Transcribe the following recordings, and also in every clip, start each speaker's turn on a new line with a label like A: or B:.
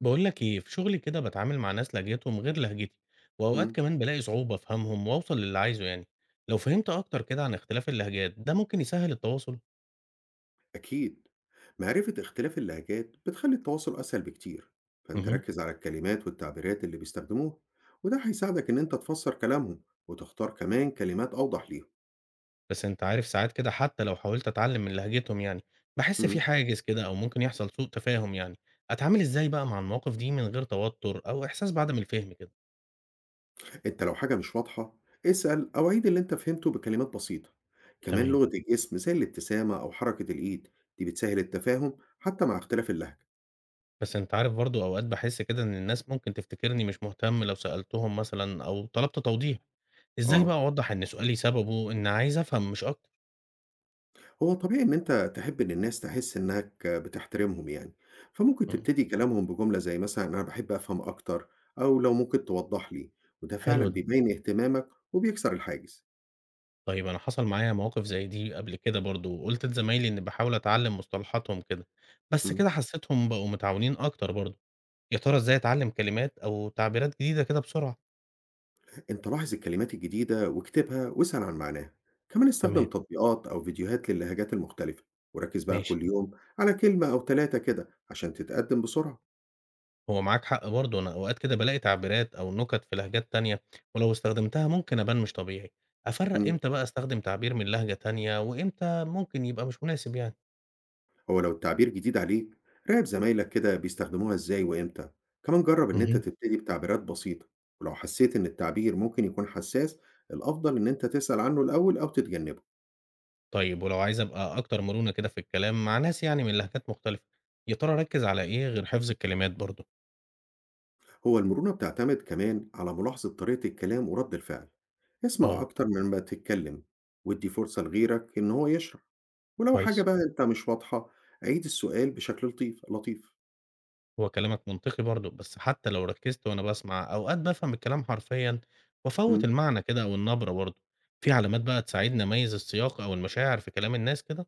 A: بقول لك ايه، في شغلي كده بتعامل مع ناس لهجتهم غير لهجتي، واوقات
B: امم
A: كمان بلاقي صعوبة افهمهم واوصل للي عايزه يعني. لو فهمت اكتر كده عن اختلاف اللهجات ده ممكن يسهل التواصل.
B: أكيد. معرفة اختلاف اللهجات بتخلي التواصل أسهل بكتير، فأنت
A: مهم.
B: ركز على الكلمات والتعبيرات اللي بيستخدموها، وده هيساعدك إن أنت تفسر كلامهم وتختار كمان كلمات أوضح ليهم.
A: بس انت عارف، ساعات كده حتى لو حاولت اتعلم من لهجتهم يعني بحس في
B: امم
A: حاجز كده، او ممكن يحصل سوء تفاهم يعني. اتعامل ازاي بقى مع المواقف دي من غير توتر او احساس بعدم الفهم كده؟
B: أنت لو حاجة مش واضحة، اسأل أو عيد اللي أنت فهمته بكلمات بسيطة. كمان
A: تمام.
B: لغة الجسم زي الابتسامة أو حركة الإيد دي بتسهل التفاهم حتى مع اختلاف اللهجة.
A: بس انت عارف برضو، اوقات بحس كده ان الناس ممكن تفتكرني مش مهتم لو سألتهم مثلا او طلبت توضيح. ازاي
B: آه،
A: بقى اوضح ان سؤالي سببه ان عايز افهم مش اكتر؟
B: هو طبيعي إن أنت تحب إن الناس تحس إنك بتحترمهم يعني، فممكن
A: إمم،
B: تبتدي كلامهم بجملة زي مثلًا أنا باحب أفهم أكتر، أو لو ممكن توضح لي، وده فعلًا
A: حلو ده.
B: بيبين اهتمامك وبيكسر الحاجز.
A: طيب أنا حصل معايا مواقف زي دي قبل كده برضه، وقُلت لزمايلي إني باحاول أتعلّم مصطلحاتهم كده، بس
B: إمم،
A: كده حسّيتهم بقوا متعاونين أكتر برضه. يا ترى إزاي أتعلّم كلمات أو تعبيرات جديدة كده بسرعة؟
B: أنت لاحظ الكلمات الجديدة واكتبها واسأل عن معناها، كمان استخدم
A: تمام،
B: تطبيقات أو فيديوهات للهجات المختلفة، وركز بقى
A: ماشي.
B: كل يوم على كلمة أو 3 كده عشان تتقدم بسرعة.
A: هو معاك حق برضه، أنا أوقات كده بالاقي تعبيرات أو نُكت في لهجات تانية، ولو استخدمتها ممكن أبان مش طبيعي. أفرّق
B: إمم.
A: إمتى بقى أستخدم تعبير من لهجة تانية، وإمتى ممكن يبقى مش مناسب يعني؟
B: هو لو التعبير جديد عليك، راقب زمايلك كده بيستخدموها ازاي وامتى، كمان جرب ان انت
A: اهم.
B: تبتدي بتعبيرات بسيطة. ولو حسيت ان التعبير ممكن يكون حساس، الافضل ان انت تسأل عنه الاول او تتجنبه.
A: طيب، ولو عايز أبقى أكتر مرونة كده في الكلام مع ناس يعني من لهجات مختلفة، يا ترى أركز على إيه غير حفظ الكلمات برضه؟
B: هو المرونة بتعتمد كمان على ملاحظة طريقة الكلام ورد الفعل. اسمع
A: اه،
B: اكتر من ما تتكلم، وادي فرصة لغيرك ان هو يشرح. ولو حاجة
A: كويس.
B: بقى انت مش واضحة، عيد السؤال بشكل لطيف لطيف.
A: هو كلامك منطقي برضه، بس حتى لو ركزت وأنا بسمع أوقات بفهم الكلام حرفيًا وأفوت
B: مم.
A: المعنى كده أو النبرة برضه. في علامات بقى تساعدني أميز السياق أو المشاعر في كلام الناس كده؟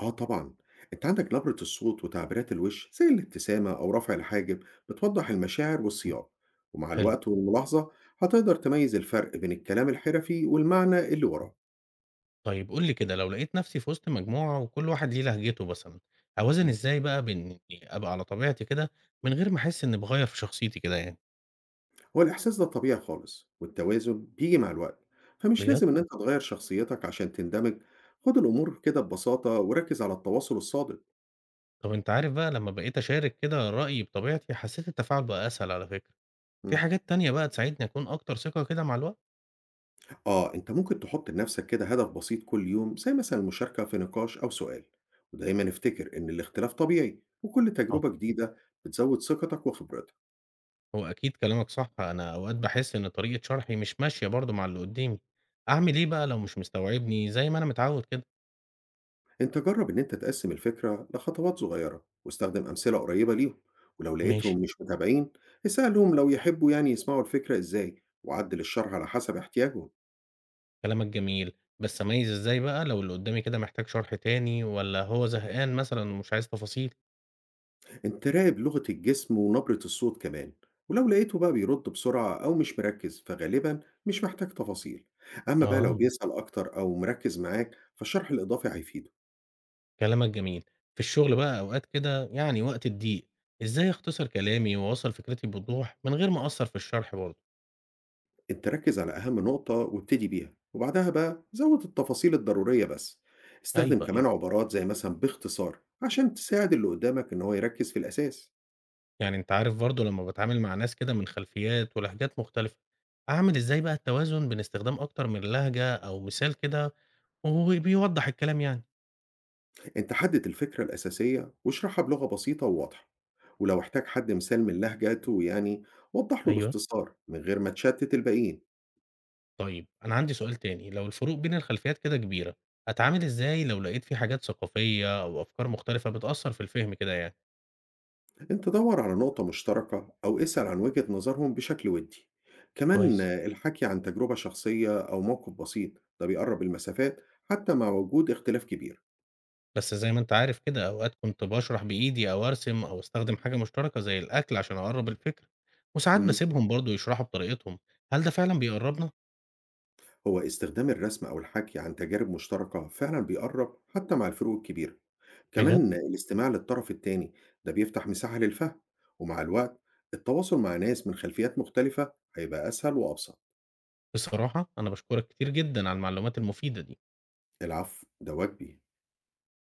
B: آه، طبعًا، أنت عندك نبرة الصوت وتعبيرات الوش زي الابتسامة أو رفع الحاجب بتوضح المشاعر والسياق، ومع
A: حلو.
B: الوقت والملاحظة هتقدر تميز الفرق بين الكلام الحرفي والمعنى اللي وراه.
A: طيب قول لي كده، لو لقيت نفسي في وسط مجموعة وكل واحد ليه لهجته مثلًا، أوازن
B: إمم،
A: إزاي بقى بين إني أبقى على طبيعتي كده من غير ما أحس إني بغير في شخصيتي كده يعني؟
B: هو الإحساس ده طبيعي خالص، والتوازن بييجي مع الوقت، فمش
A: بجد.
B: لازم إن أنت تغير شخصيتك عشان تندمج. خد الأمور كده ببساطة وركز على التواصل الصادق.
A: طب أنت عارف بقى، لمّا بقيت أشارك كده رأيي بطبيعتي، حسيت التفاعل بقى أسهل على فكرة. في
B: إمم.
A: حاجات تانية بقى تساعدني أكون أكتر ثقة كده مع الوقت؟
B: آه، أنت ممكن تحط لنفسك كده هدف بسيط كل يوم زي مثلا المشاركة في نقاش أو سؤال، ودايما افتكر إن الاختلاف طبيعي وكل
A: حاضر.
B: تجربة جديدة بتزود ثقتك وخبرتك.
A: هو أكيد كلامك صح، أنا أوقات باحس إن طريقة شرحي مش ماشية برضه مع اللي قدّامي. أعمل إيه بقى لو مش مستوعبني زي ما أنا متعود كده؟
B: أنت جرب إن أنت تقسم الفكرة لخطوات صغيرة واستخدم أمثلة قريبة ليهم، ولو
A: ماشي.
B: لقيتهم مش متابعين، اسألهم لو يحبوا يعني يسمعوا الفكرة إزاي وعدل الشرح على حسب احتياجهم.
A: كلامك جميل، بس أميّز إزاي بقى لو اللي قدّامي كده محتاج شرح تاني والّا هو زهقان مثلًا ومش عايز تفاصيل؟
B: أنت راقب لغة الجسم ونبرة الصوت كمان، ولو لقيته بقى بيرد بسرعة أو مش مركز فغالبا مش محتاج تفاصيل. أما بقى لو
A: آه.
B: بيسأل أكتر أو مركز معاك فالشرح الإضافي هيفيده.
A: كلامك جميل. في الشغل بقى أوقات كده يعني، وقت الضيق، إزاي أختصر كلامي وأوصّل فكرتي بوضوح من غير ما أقصّر في الشرح برضه؟
B: أنت ركز على أهم نقطة وابتدي بيها وبعدها بقى زود التفاصيل الضرورية بس، استخدم
A: ايوه، ايوه.
B: كمان عبارات زي مثلا باختصار عشان تساعد اللي قدامك إن هو يركز في الأساس.
A: يعني أنت عارف برضه، لمّا باتعامل مع ناس كده من خلفيات ولهجات مختلفة، أعمل إزاي بقى التوازن بين استخدام أكتر من لهجة أو مثال كده وهو بيوضّح الكلام يعني؟
B: أنت حدد الفكرة الأساسية واشرحها بلغة بسيطة وواضحة، ولو احتاج حد مثال من لهجته يعني، وضح له
A: ايوه.
B: باختصار من غير ما تشتت الباقيين.
A: طيب أنا عندي سؤال تاني، لو الفروق بين الخلفيات كده كبيرة، أتعامل إزاي لو لقيت في حاجات ثقافية أو أفكار مختلفة بتأثّر في الفهم كده يعني؟
B: أنت دور على نقطة مشتركة أو اسأل عن وجهة نظرهم بشكل ودي، كمان
A: كويس.
B: الحكي عن تجربة شخصية أو موقف بسيط ده بيقرب المسافات حتى مع وجود اختلاف كبير.
A: بس زي ما أنت عارف كده، أوقات كنت باشرح بإيدي أو أرسم أو أستخدم حاجة مشتركة زي الأكل عشان أقرب الفكرة، وساعات بسيبهم برضو يشرحوا بطريقتهم. هل ده فعلا بيقربنا؟
B: هو استخدام الرسم أو الحكي عن تجارب مشتركة فعلا بيقرب حتى مع الفروق الكبيرة،
A: بجد؟
B: كمان الاستماع للطرف التاني ده بيفتح مساحة للفهم، ومع الوقت التواصل مع ناس من خلفيات مختلفة هيبقى أسهل وأبسط.
A: بصراحة أنا بشكرك كتير جدا على المعلومات المفيدة دي.
B: العفو، ده واجبي.